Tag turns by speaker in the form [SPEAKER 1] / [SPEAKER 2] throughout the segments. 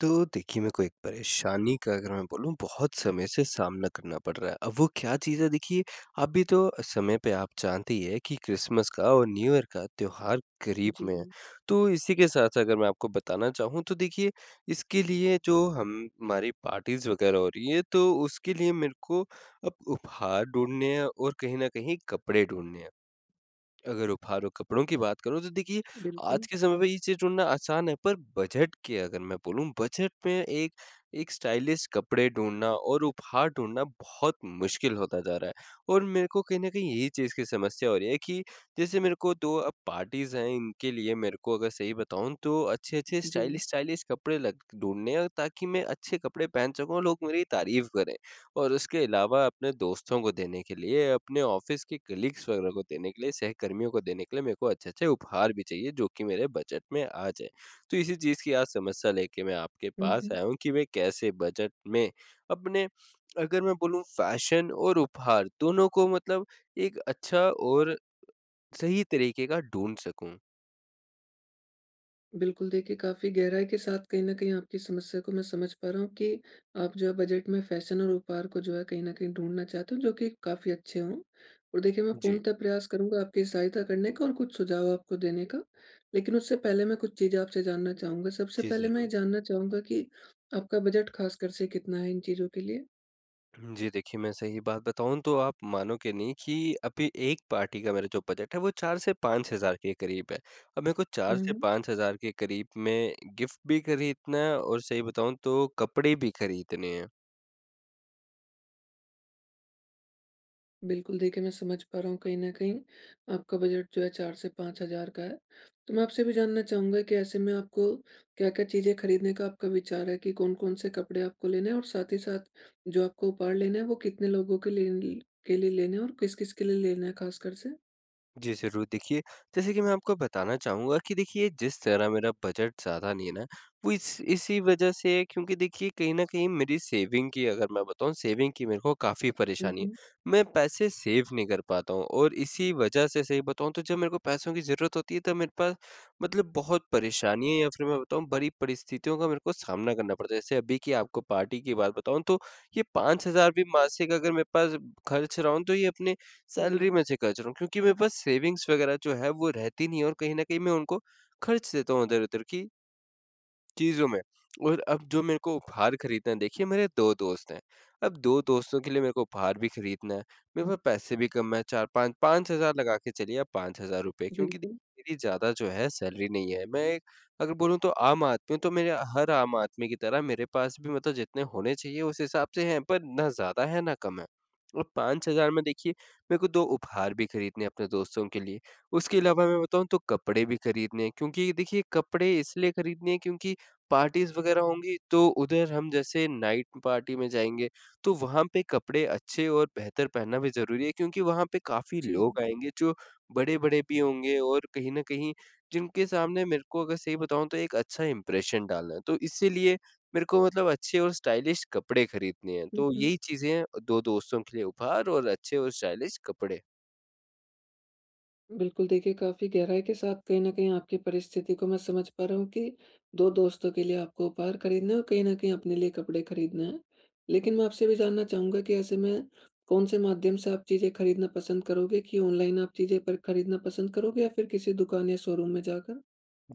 [SPEAKER 1] तो देखिए, मेरे को एक परेशानी का अगर मैं बोलूँ बहुत समय से सामना करना पड़ रहा है। अब वो क्या चीज़ है देखिए, अभी तो समय पे आप जानते ही हैं कि क्रिसमस का और न्यू ईयर का त्योहार करीब
[SPEAKER 2] जी,
[SPEAKER 1] में है। तो इसी के साथ अगर मैं आपको बताना चाहूँ तो देखिए, इसके लिए जो हम हमारी पार्टीज़ वगैरह हो रही है तो उसके लिए मेरे को अब उपहार ढूँढने हैं और कहीं न कहीं कपड़े ढूँढने हैं। अगर उपहार और कपड़ों की बात करूँ तो देखिए, आज
[SPEAKER 2] बिल्कुल।
[SPEAKER 1] के समय पे ये चीज़ ढूँढना आसान है पर बजट के अगर मैं बोलूँ बजट में एक एक स्टाइलिश कपड़े ढूँढना और उपहार ढूँढना बहुत मुश्किल होता जा रहा है। और मेरे को कहीं न कहीं यही चीज़ की समस्या हो रही है कि जैसे मेरे को 2 अब पार्टीज़ हैं, इनके लिए मेरे को अगर सही बताऊँ तो अच्छे-अच्छे
[SPEAKER 2] जी।
[SPEAKER 1] स्टाइलिश स्टाइलिश कपड़े लग ढूँढने हैं ताकि मैं अच्छे कपड़े पहन सकूँ और लोग मेरी तारीफ़ करें। और उसके अलावा अपने दोस्तों को देने के लिए, अपने ऑफ़िस के कलीग्स वग़ैरह को देने के लिए, सहकर्मियों को देने के लिए मेरे को अच्छे-अच्छे उपहार भी चाहिए जो कि मेरे बजट में आ जाए। तो इसी चीज़ की आज समस्या लेके मैं आपके
[SPEAKER 2] हुँ,
[SPEAKER 1] पास
[SPEAKER 2] हुँ।
[SPEAKER 1] आया हूँ कि मैं कैसे बजट में अपने, अगर मैं बोलूँ फ़ैशन और उपहार दोनों को मतलब एक अच्छा और सही तरीके का ढूँढ सकूँ।
[SPEAKER 2] बिल्कुल, देखिए काफ़ी गहराई के साथ कहीं न कहीं आपकी समस्या को मैं समझ पा रहा हूँ कि आप जो है बजट में फ़ैशन और उपहार को जो है कहीं न कहीं ढूँढना चाहते हो जो कि काफ़ी अच्छे हों। और देखिए मैं
[SPEAKER 1] जी।
[SPEAKER 2] पूर्णतः प्रयास करूँगा आपकी सहायता करने का और कुछ सुझाव आपको देने का। लेकिन उससे पहले मैं कुछ चीज़ें आपसे जानना चाहूँगा। सबसे
[SPEAKER 1] जी,
[SPEAKER 2] पहले मैं ये
[SPEAKER 1] ज़रूर।
[SPEAKER 2] जानना चाहूँगा कि आपका बजट ख़ासकर से कितना है इन चीज़ों के लिए?
[SPEAKER 1] जी देखिए, मैं सही बात बताऊँ तो आप मानोगे नहीं कि अभी एक पार्टी का मेरा जो बजट है वो 4 से 5,000 के करीब है। अब मेरे को 4
[SPEAKER 2] हुँ,
[SPEAKER 1] से
[SPEAKER 2] हुँ।
[SPEAKER 1] 5,000 के करीब में गिफ्ट भी खरीदना है और सही बताऊँ तो कपड़े भी खरीदने हैं।
[SPEAKER 2] बिल्कुल, देखिए मैं समझ पा रहा हूँ कहीं न कहीं आपका बजट जो है 4 से 5,000 का है। तो मैं आपसे भी जानना चाहूँगा कि ऐसे में आपको क्या-क्या चीज़ें खरीदने का आपका विचार है कि कौन-कौन से कपड़े आपको लेने हैं और साथ ही साथ जो आपको उपहार लेने हैं वो कितने लोगों के लिए ल के लिए लेने हैं और किस-किस के लिए लेना है ख़ासकर से?
[SPEAKER 1] जी, ज़रूर देखिए, जैसे कि मैं आपको बताना चाहूँगा कि देखिए जिस तरह मेरा बजट ज़्यादा नहीं है ना, वो इस इसी वजह से है क्योंकि देखिए कहीं न कहीं मेरी सेविंग की, अगर मैं बताऊँ सेविंग की मेरे को काफ़ी
[SPEAKER 2] हुँ,
[SPEAKER 1] परेशानी है।
[SPEAKER 2] हुँ।
[SPEAKER 1] मैं पैसे सेव नहीं कर पाता हूँ और इसी वजह से सही बताऊँ तो जब मेरे को पैसों की ज़रूरत होती है तब मेरे पास मतलब बहुत परेशानी है, या फिर मैं बताऊँ बड़ी परिस्थितियों का मेरे को सामना करना पड़ता है। जैसे अभी की आपको पार्टी की बात बताऊँ तो ये 5,000 भी मासिक अगर मेरे पास खर्च रहा हूँ तो ये अपने
[SPEAKER 2] जी,
[SPEAKER 1] सैलरी में से खर्च रहा हूँ, क्योंकि मेरे पास सेविंग्स वगैरह जो है वो रहती नहीं है और कहीं न कहीं मैं उनको खर्च देता हूँ इधर-उधर कि चीज़ों में। और अब जो मेरे को उपहार खरीदना है, देखिए मेरे 2 दोस्त हैं। अब 2 दोस्तों के लिए मेरे को उपहार भी खरीदना है, मेरे पास पैसे भी कम हैं, 4 5 5,000 लगा के चलिए आप ₹5,000, क्योंकि देखिए
[SPEAKER 2] बिल्कुल।
[SPEAKER 1] मेरी ज़्यादा जो है सैलरी नहीं है। मैं एक अगर बोलूँ तो आम आदमी हूँ, तो मेरे, हर आम आदमी की तरह मेरे पास भी मतलब जितने होने चाहिए उस हिसाब से हैं, पर ना ज़्यादा है ना कम है। और 5,000 में देखिए मेरे को 2 उपहार भी खरीदने हैं अपने दोस्तों के लिए। उसके अलावा मैं बताऊँ तो कपड़े भी खरीदने हैं, क्योंकि देखिए कपड़े इसलिए खरीदने हैं क्योंकि पार्टीज़ वगैरह होंगी, तो उधर हम जैसे नाइट पार्टी में जाएँगे, तो वहाँ पे कपड़े अच्छे और बेहतर पहनना भी ज़रूरी है, क्योंकि वहाँ पे काफ़ी लोग
[SPEAKER 2] जी।
[SPEAKER 1] आएँगे जो बड़े-बड़े भी होंगे और कहीं न कहीं जिनके सामने मेरे को अगर सही बताऊँ तो एक अच्छा इंप्रेशन डालना है। तो इसीलिए मेरे को मतलब अच्छे और स्टाइलिश कपड़े खरीदने हैं, तो यही चीज़ें हैं, 2 दोस्तों के लिए उपहार और अच्छे और स्टाइलिश कपड़े।
[SPEAKER 2] बिल्कुल, देखिए काफ़ी गहराई के साथ कहीं न कहीं आपकी परिस्थिति को मैं समझ पा रहा हूँ कि 2 दोस्तों के लिए आपको उपहार खरीदना है और कहीं न कहीं अपने लिए कपड़े खरीदना है। लेकिन मैं आपसे भी जानना चाहूँगा कि ऐसे में कौन से माध्यम से आप चीज़ें खरीदना पसंद करोगे कि ऑनलाइन आप चीज़ें पर खरीदना पसंद करोगे या फिर किसी दुकान या शोरूम में जाकर?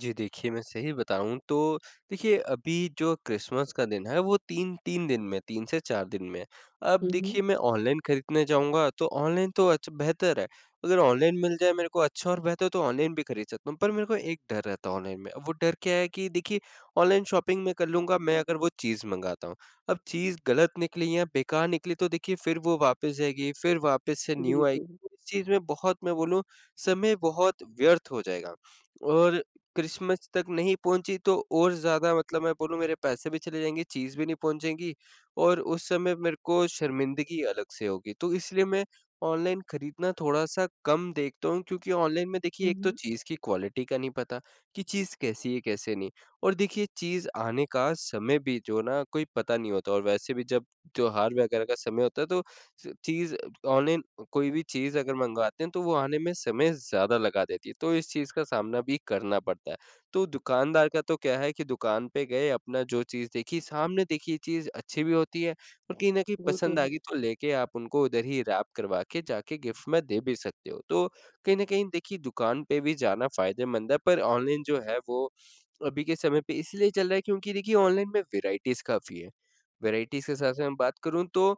[SPEAKER 1] जी देखिए, मैं सही बताऊँ तो देखिए अभी जो क्रिसमस का दिन है वो 3-3 दिन में, 3 से 4 दिन में है। अब
[SPEAKER 2] हुँ,
[SPEAKER 1] देखिए
[SPEAKER 2] हुँ।
[SPEAKER 1] मैं ऑनलाइन खरीदने जाऊँगा तो ऑनलाइन तो अच्छा बेहतर है। अगर ऑनलाइन मिल जाए मेरे को अच्छा और बेहतर तो ऑनलाइन भी खरीद सकता हूँ। पर मेरे को एक डर रहता है ऑनलाइन में। अब वो डर क्या है कि देखिए ऑनलाइन शॉपिंग मैं कर लूँगा, मैं अगर वो चीज़ मँगाता हूँ। अब चीज़ गलत निकली या बेकार निकली तो देखिए फिर वो वापस जाएगी, फिर वापस से न्यू आएगी।
[SPEAKER 2] बिल्कुल।
[SPEAKER 1] इस चीज़ में बहुत मैं बोलूँ समय बहुत व्यर्थ हो जाएगा। और क्रिसमस तक नहीं पहुँची तो और ज़्यादा, मतलब मैं बोलूँ मेरे पैसे भी चले जाएँगे, चीज़ भी नहीं पहुँचेगी और उस समय मेरे को शर्मिंदगी अलग से होगी। तो इसलिए मैं ऑनलाइन खरीदना थोड़ा-सा कम देखता हूँ, क्योंकि ऑनलाइन में देखिए
[SPEAKER 2] हुँ,
[SPEAKER 1] एक तो
[SPEAKER 2] हुँ।
[SPEAKER 1] चीज़ की क्वालिटी का नहीं पता कि चीज़ कैसी है, कैसे नहीं, और देखिए चीज़ आने का समय भी जो ना कोई पता नहीं होता, और वैसे भी जब त्योहार वगैरह का समय होता है तो स चीज़ ऑनलाइन कोई भी चीज़ अगर मँगवाते हैं तो वो आने में समय ज़्यादा लगा देती है, तो इस चीज़ का सामना भी करना पड़ता है। तो दुकानदार का तो क्या है कि दुकान पे गए, अपना जो चीज़ देखी, सामने देखी ये चीज़ अच्छी भी होती है और कहीं न कहीं
[SPEAKER 2] वो तो
[SPEAKER 1] पसंद आ
[SPEAKER 2] है।
[SPEAKER 1] गई तो लेके आप उनको उधर ही रैप करवा के जाके गिफ्ट में दे भी सकते हो। तो कहीं न कहीं देखिए दुकान पे भी जाना फ़ायदेमंद है, पर ऑनलाइन जो है वो अभी के समय पे इसलिए चल रहा है क्योंकि देखिए ऑनलाइन में वैराइटीज़ काफ़ी है। वैराइटीज़ के हिसाब से मैं बात करूँ तो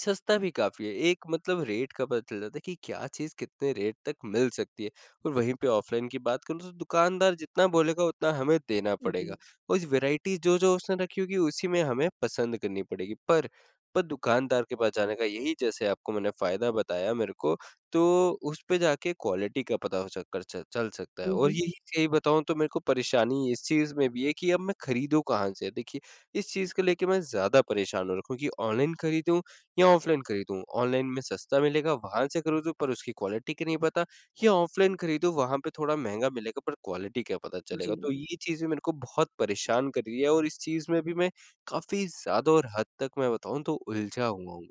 [SPEAKER 1] सस्ता भी काफ़ी है। एक, मतलब रेट का पता चल जाता है कि क्या चीज़ कितने रेट तक मिल सकती है, और वहीं पे ऑफ़लाइन की बात करूँ तो दुकानदार जितना बोलेगा उतना हमें देना पड़ेगा।
[SPEAKER 2] जी।
[SPEAKER 1] और वैराइटी जो-जो उसने रखी होगी उसी में हमें पसंद करनी पड़ेगी। पर दुकानदार के पास जाने का यही, जैसे आपको मैंने फ़ायदा बताया मेरे को, तो उस पे जाके क्वालिटी का पता हो, चक्कर च चल सकता है।
[SPEAKER 2] हुँ,
[SPEAKER 1] और
[SPEAKER 2] हुँ।
[SPEAKER 1] यही सही बताऊँ तो मेरे को परेशानी इस चीज़ में भी है कि अब मैं खरीदूँ कहाँ से? देखिए, इस चीज़ को लेके मैं ज़्यादा परेशान हो रखा हूँ कि ऑनलाइन खरीदूँ या ऑफलाइन खरीदूँ? ऑनलाइन में सस्ता मिलेगा वहाँ से खरीदूँ, पर उसकी क्वालिटी की नहीं पता, या ऑफलाइन खरीदूँ वहाँ पे थोड़ा महँगा मिलेगा पर क्वालिटी क्या पता चलेगा?
[SPEAKER 2] जी।
[SPEAKER 1] तो ये चीज़ें मेरे को बहुत परेशान कर रही है, और इस चीज़ में भी मैं काफ़ी ज़्यादा और हद तक मैं बताऊँ तो उलझा हुआ हूँ।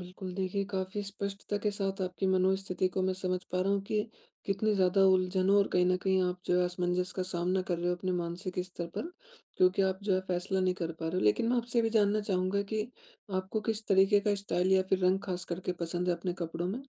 [SPEAKER 2] बिल्कुल, देखिए काफ़ी स्पष्टता के साथ आपकी मनोस्थिति को मैं समझ पा रहा हूँ कि कितनी ज़्यादा उलझनों और कहीं न कहीं आप जो है असमंजस का सामना कर रहे हो अपने मानसिक स्तर पर, क्योंकि आप जो है फ़ैसला नहीं कर पा रहे हो। लेकिन मैं आपसे भी जानना चाहूँगा कि आपको किस तरीके का स्टाइल या फिर रंग ख़ास करके पसंद है अपने कपड़ों में?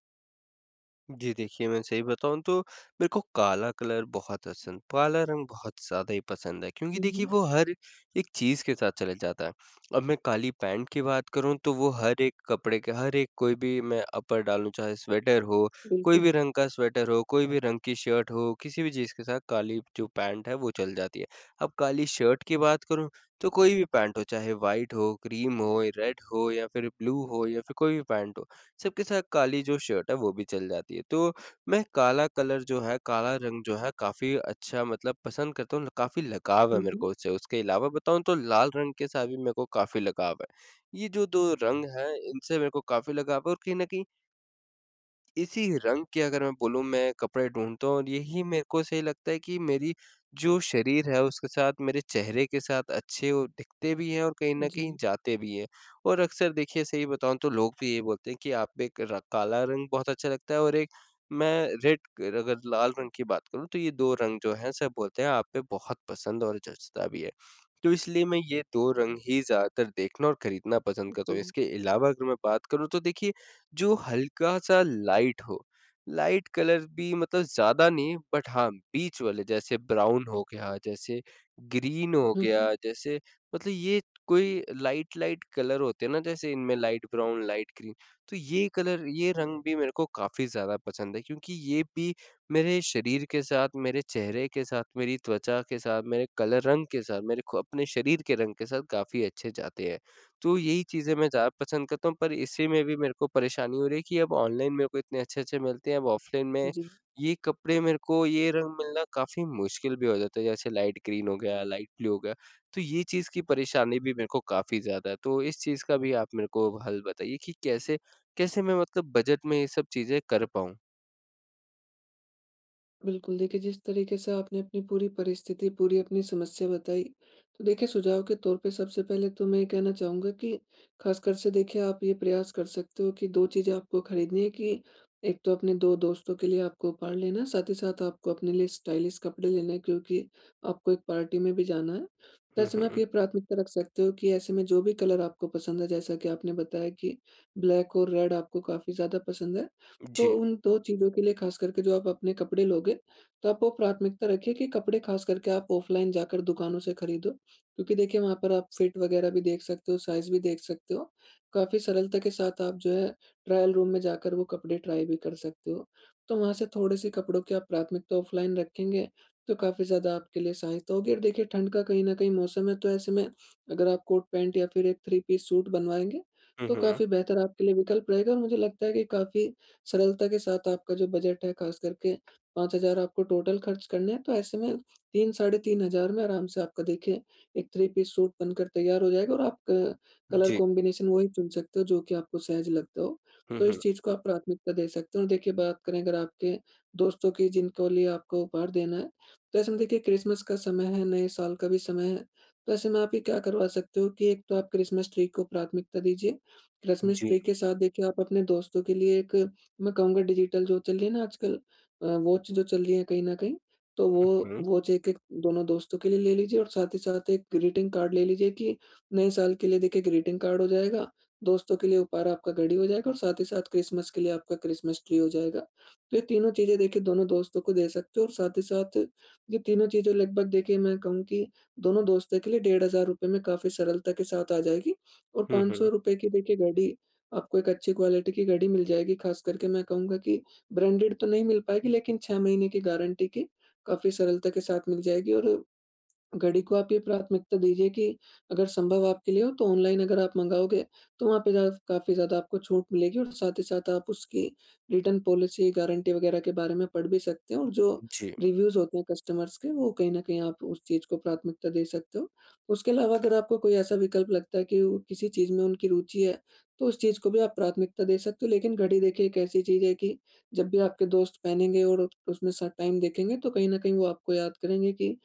[SPEAKER 1] जी देखिए, मैं सही बताऊँ तो मेरे को काला रंग बहुत ज़्यादा ही पसंद है, क्योंकि
[SPEAKER 2] हुँ,
[SPEAKER 1] देखिए
[SPEAKER 2] हुँ,
[SPEAKER 1] वो हर एक चीज़ के साथ चला जाता है। अब मैं काली पैंट की बात करूँ तो वो हर एक कपड़े के, हर एक कोई भी मैं अपर डालूँ चाहे स्वेटर हो, कोई
[SPEAKER 2] बिल्कुल।
[SPEAKER 1] भी रंग का स्वेटर हो, कोई भी रंग की शर्ट हो, किसी भी चीज़ के साथ काली जो पैंट है वो चल जाती है। अब काली शर्ट की बात करूँ तो कोई भी पैंट हो चाहे व्हाइट हो, क्रीम हो, रेड हो या फिर ब्लू हो या फिर कोई भी पैंट हो। सबके साथ काली जो शर्ट है वो भी चल जाती है। तो मैं काला कलर जो है, काला रंग जो है काफ़ी अच्छा, मतलब पसंद करता हूँ, काफ़ी लगाव है
[SPEAKER 2] हुँ,
[SPEAKER 1] मेरे
[SPEAKER 2] हुँ।
[SPEAKER 1] को उससे। उसके अलावा बताऊँ तो लाल रंग के साथ भी मेरे को काफ़ी लगाव है। ये जो 2 रंग हैं इनसे मेरे को काफ़ी लगाव है, और कहीं न कहीं इसी रंग के, अगर मैं बोलूँ मैं कपड़े ढूँढता हूँ और यही मेरे को सही लगता है कि मेरी जो शरीर है उसके साथ, मेरे चेहरे के साथ अच्छे वो दिखते भी हैं और कहीं न कहीं
[SPEAKER 2] जी,
[SPEAKER 1] जाते भी हैं। और अक्सर देखिए सही बताऊँ तो लोग भी यही बोलते हैं कि आप पे एक, र काला रंग बहुत अच्छा लगता है, और एक मैं रेड अगर लाल रंग की बात करूँ तो ये 2 रंग जो हैं सब बोलते हैं आप पे बहुत पसंद और जचता भी है। तो इसलिए मैं ये 2 रंग ही ज़्यादातर देखना और खरीदना पसंद करता हूँ।
[SPEAKER 2] जी।
[SPEAKER 1] इसके अलावा अगर मैं बात करूँ तो देखिए जो हल्का-सा लाइट हो। लाइट कलर भी, मतलब ज़्यादा नहीं, बट हाँ, बीच वाले जैसे ब्राउन हो गया, जैसे ग्रीन हो
[SPEAKER 2] हुँ, हुँ।
[SPEAKER 1] गया, जैसे, मतलब ये कोई लाइट-लाइट कलर होते हैं ना, जैसे इनमें लाइट ब्राउन, लाइट ग्रीन, तो ये कलर, ये रंग भी मेरे को काफ़ी ज़्यादा पसंद है, क्योंकि ये भी मेरे शरीर के साथ, मेरे चेहरे के साथ, मेरी त्वचा के साथ, मेरे कलर रंग के साथ, मेरे खु अपने शरीर के रंग के साथ काफ़ी अच्छे जाते हैं। तो यही चीज़ें मैं ज़्यादा पसंद करता हूँ, पर इसी में भी मेरे को परेशानी हो रही है कि अब ऑनलाइन मेरे को इतने अच्छे-अच्छे मिलते हैं, अब ऑफ़लाइन में
[SPEAKER 2] जी।
[SPEAKER 1] ये कपड़े मेरे को, ये रंग मिलना काफ़ी मुश्किल भी हो जाता है, जैसे लाइट ग्रीन हो गया, लाइट ब्लू हो गया। तो ये चीज़ की परेशानी भी मेरे को काफ़ी ज़्यादा है, तो इस चीज़ का भी आप मेरे को हल बताइए कि कैसे, कैसे मैं मतलब बजट में ये सब चीज़ें कर पाऊँ?
[SPEAKER 2] बिल्कुल, देखिए जिस तरीके से आपने अपनी पूरी परिस्थिति, पूरी अपनी समस्या बताई, तो देखिए सुझाव के तौर पे सबसे पहले तो मैं ये कहना चाहूँगा कि ख़ासकर से देखिए आप ये प्रयास कर सकते हो कि 2 चीज़ें आपको खरीदनी है कि एक तो अपने 2 दोस्तों के लिए आपको उपहार लेना है, साथ ही साथ आपको अपने लिए स्टाइलिश कपड़े लेने हैं क्योंकि आपको एक पार्टी में भी जाना है। तो
[SPEAKER 1] हुँ,
[SPEAKER 2] ऐसे में आप
[SPEAKER 1] हुँ।
[SPEAKER 2] ये प्राथमिकता रख सकते हो कि ऐसे में जो भी कलर आपको पसंद है, जैसा कि आपने बताया कि ब्लैक और रेड आपको काफ़ी ज़्यादा पसंद है, तो
[SPEAKER 1] जी।
[SPEAKER 2] उन 2 चीज़ों के लिए खास करके जो आप अपने कपड़े लोगे, तो आप वो प्राथमिकता रखिए कि कपड़े खास करके आप ऑफ़लाइन जाकर दुकानों से खरीदो। क्योंकि देखिए वहाँ पर आप फिट वगैरह भी देख सकते हो, साइज़ भी देख सकते हो। काफ़ी सरलता के साथ आप जो है ट्रायल रूम में जाकर वो कपड़े ट्राई भी कर सकते हो। तो वहाँ से थोड़े-से कपड़ों की आप प्राथमिकता ऑफ़लाइन रखेंगे, तो काफ़ी ज़्यादा आपके लिए सहायता होगी और देखिए ठंड का कहीं न कहीं मौसम है, तो ऐसे में अगर आप कोट पैंट या फिर एक थ्री पीस सूट बनवाएँगे,
[SPEAKER 1] हुँ,
[SPEAKER 2] तो
[SPEAKER 1] हुँ।
[SPEAKER 2] काफ़ी बेहतर आपके लिए विकल्प रहेगा और मुझे लगता है कि काफ़ी सरलता के साथ आपका जो बजट है खास करके 5,000 आपको टोटल खर्च करने हैं, तो ऐसे में 3 साढ़े 3,000 में आराम से आपका देखिए एक थ्री पीस सूट बनकर तैयार हो जाएगा और आप क कलर
[SPEAKER 1] जी।
[SPEAKER 2] कॉम्बिनेशन वही चुन सकते हो जो कि आपको सहज लगता हो।
[SPEAKER 1] हुँ,
[SPEAKER 2] तो इस
[SPEAKER 1] हुँ।
[SPEAKER 2] चीज़ को आप प्राथमिकता दे सकते हो और देखिए बात करें अगर आपके दोस्तों की जिनको लिए आपको उपहार देना है, तो ऐसे में देखिए क्रिसमस का समय है, नए साल का भी समय है, तो ऐसे में आप ये क्या करवा सकते हो कि एक तो आप क्रिसमस ट्री को प्राथमिकता दीजिए। क्रिसमस
[SPEAKER 1] जी।
[SPEAKER 2] ट्री के साथ देखिए आप अपने दोस्तों के लिए एक मैं कहूँगा डिजिटल जो चल रही है ना आजकल वॉच जो चल रही है कहीं न कहीं, तो वो
[SPEAKER 1] हुँ।
[SPEAKER 2] वॉच एक-एक दोनों दोस्तों के लिए ले लीजिए और साथ ही साथ एक ग्रीटिंग कार्ड ले लीजिए कि नए साल के लिए देखिए ग्रीटिंग कार्ड हो जाएगा, दोस्तों के लिए उपहार आपका घड़ी हो जाएगा और साथ ही साथ क्रिसमस के लिए आपका क्रिसमस ट्री हो जाएगा। तो ये तीनों चीज़ें देखिए दोनों दोस्तों को दे सकते हो और साथ ही साथ ये तीनों चीज़ें लगभग देखिए मैं कहूँ कि दोनों दोस्तों के लिए ₹1,500 में काफ़ी सरलता के साथ आ जाएगी और
[SPEAKER 1] हुँ, हुँ।
[SPEAKER 2] ₹500 की देखिए घड़ी आपको एक अच्छी क्वालिटी की घड़ी मिल जाएगी। ख़ास करके मैं कहूँगा कि ब्रांडेड तो नहीं मिल पाएगी लेकिन 6 महीने की गारंटी की काफ़ी सरलता के साथ मिल जाएगी और घड़ी को आप ये प्राथमिकता दीजिए कि अगर संभव आपके लिए हो तो ऑनलाइन अगर आप मंगाओगे तो वहाँ पे ज़्या काफ़ी ज़्यादा आपको छूट मिलेगी और साथ ही साथ आप उसकी रिटर्न पॉलिसी, गारंटी वगैरह के बारे में पढ़ भी सकते हो और जो
[SPEAKER 1] जी।
[SPEAKER 2] रिव्यूज़ होते हैं कस्टमर्स के वो कहीं न कहीं आप उस चीज़ को प्राथमिकता दे सकते हो। उसके अलावा अगर आपको कोई ऐसा विकल्प लगता है कि वो किसी चीज़ में उनकी रुचि है, तो उस चीज़ को भी आप प्राथमिकता दे सकते हो। लेकिन घड़ी देखिए एक ऐसी चीज़ है कि जब भी आपके दोस्त पहनेंगे और उसमें स टाइम देखेंगे तो कहीं न कहीं वो आपको याद करेंगे कि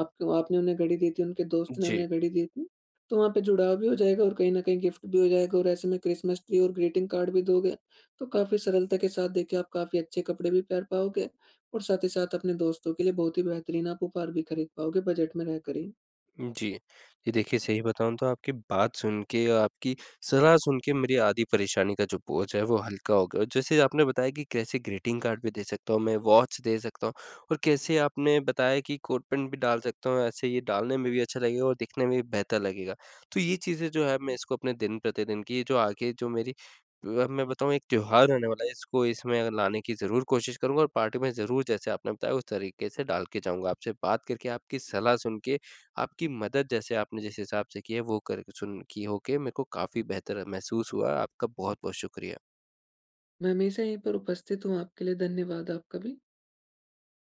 [SPEAKER 2] आपको आपने उन्हें घड़ी दी थी, उनके दोस्त ने
[SPEAKER 1] जी।
[SPEAKER 2] उन्हें घड़ी दी थी, तो वहाँ पे जुड़ाव भी हो जाएगा और कहीं न कहीं गिफ्ट भी हो जाएगा और ऐसे में क्रिसमस ट्री और ग्रीटिंग कार्ड भी दोगे, तो काफ़ी सरलता के साथ देखिए आप काफ़ी अच्छे कपड़े भी पहन पाओगे और साथ ही साथ अपने दोस्तों के लिए बहुत ही बेहतरीन आप उपहार भी खरीद पाओगे बजट में रहकर ही।
[SPEAKER 1] जी। जी, देखिए सही बताऊँ तो आपकी बात सुन के और आपकी सलाह सुन के मेरी आधी परेशानी का जो बोझ है वो हल्का हो गया, और जैसे आपने बताया कि कैसे ग्रीटिंग कार्ड भी दे सकता हूँ मैं, वॉच दे सकता हूँ, और कैसे आपने बताया कि कोट पैंट भी डाल सकता हूँ, ऐसे ये डालने में भी अच्छा लगेगा और दिखने में भी बेहतर लगेगा। तो ये चीज़ें जो है मैं इसको अपने दिन-प्रतिदिन की जो आगे, जो मेरी, अब मैं बताऊँ एक त्योहार आने वाला है, इसको इसमें लाने की ज़रूर कोशिश करूँगा, और पार्टी में ज़रूर जैसे आपने बताया उस तरीके से डाल के जाऊँगा। आपसे बात करके, आपकी सलाह सुन के, आपकी मदद जैसे आपने जिस हिसाब से की है वो कर सुन की होके मेरे को काफ़ी बेहतर महसूस हुआ। आपका बहुत-बहुत शुक्रिया।
[SPEAKER 2] मैं हमेशा यहीं पर उपस्थित हूँ आपके लिए, धन्यवाद आपका भी।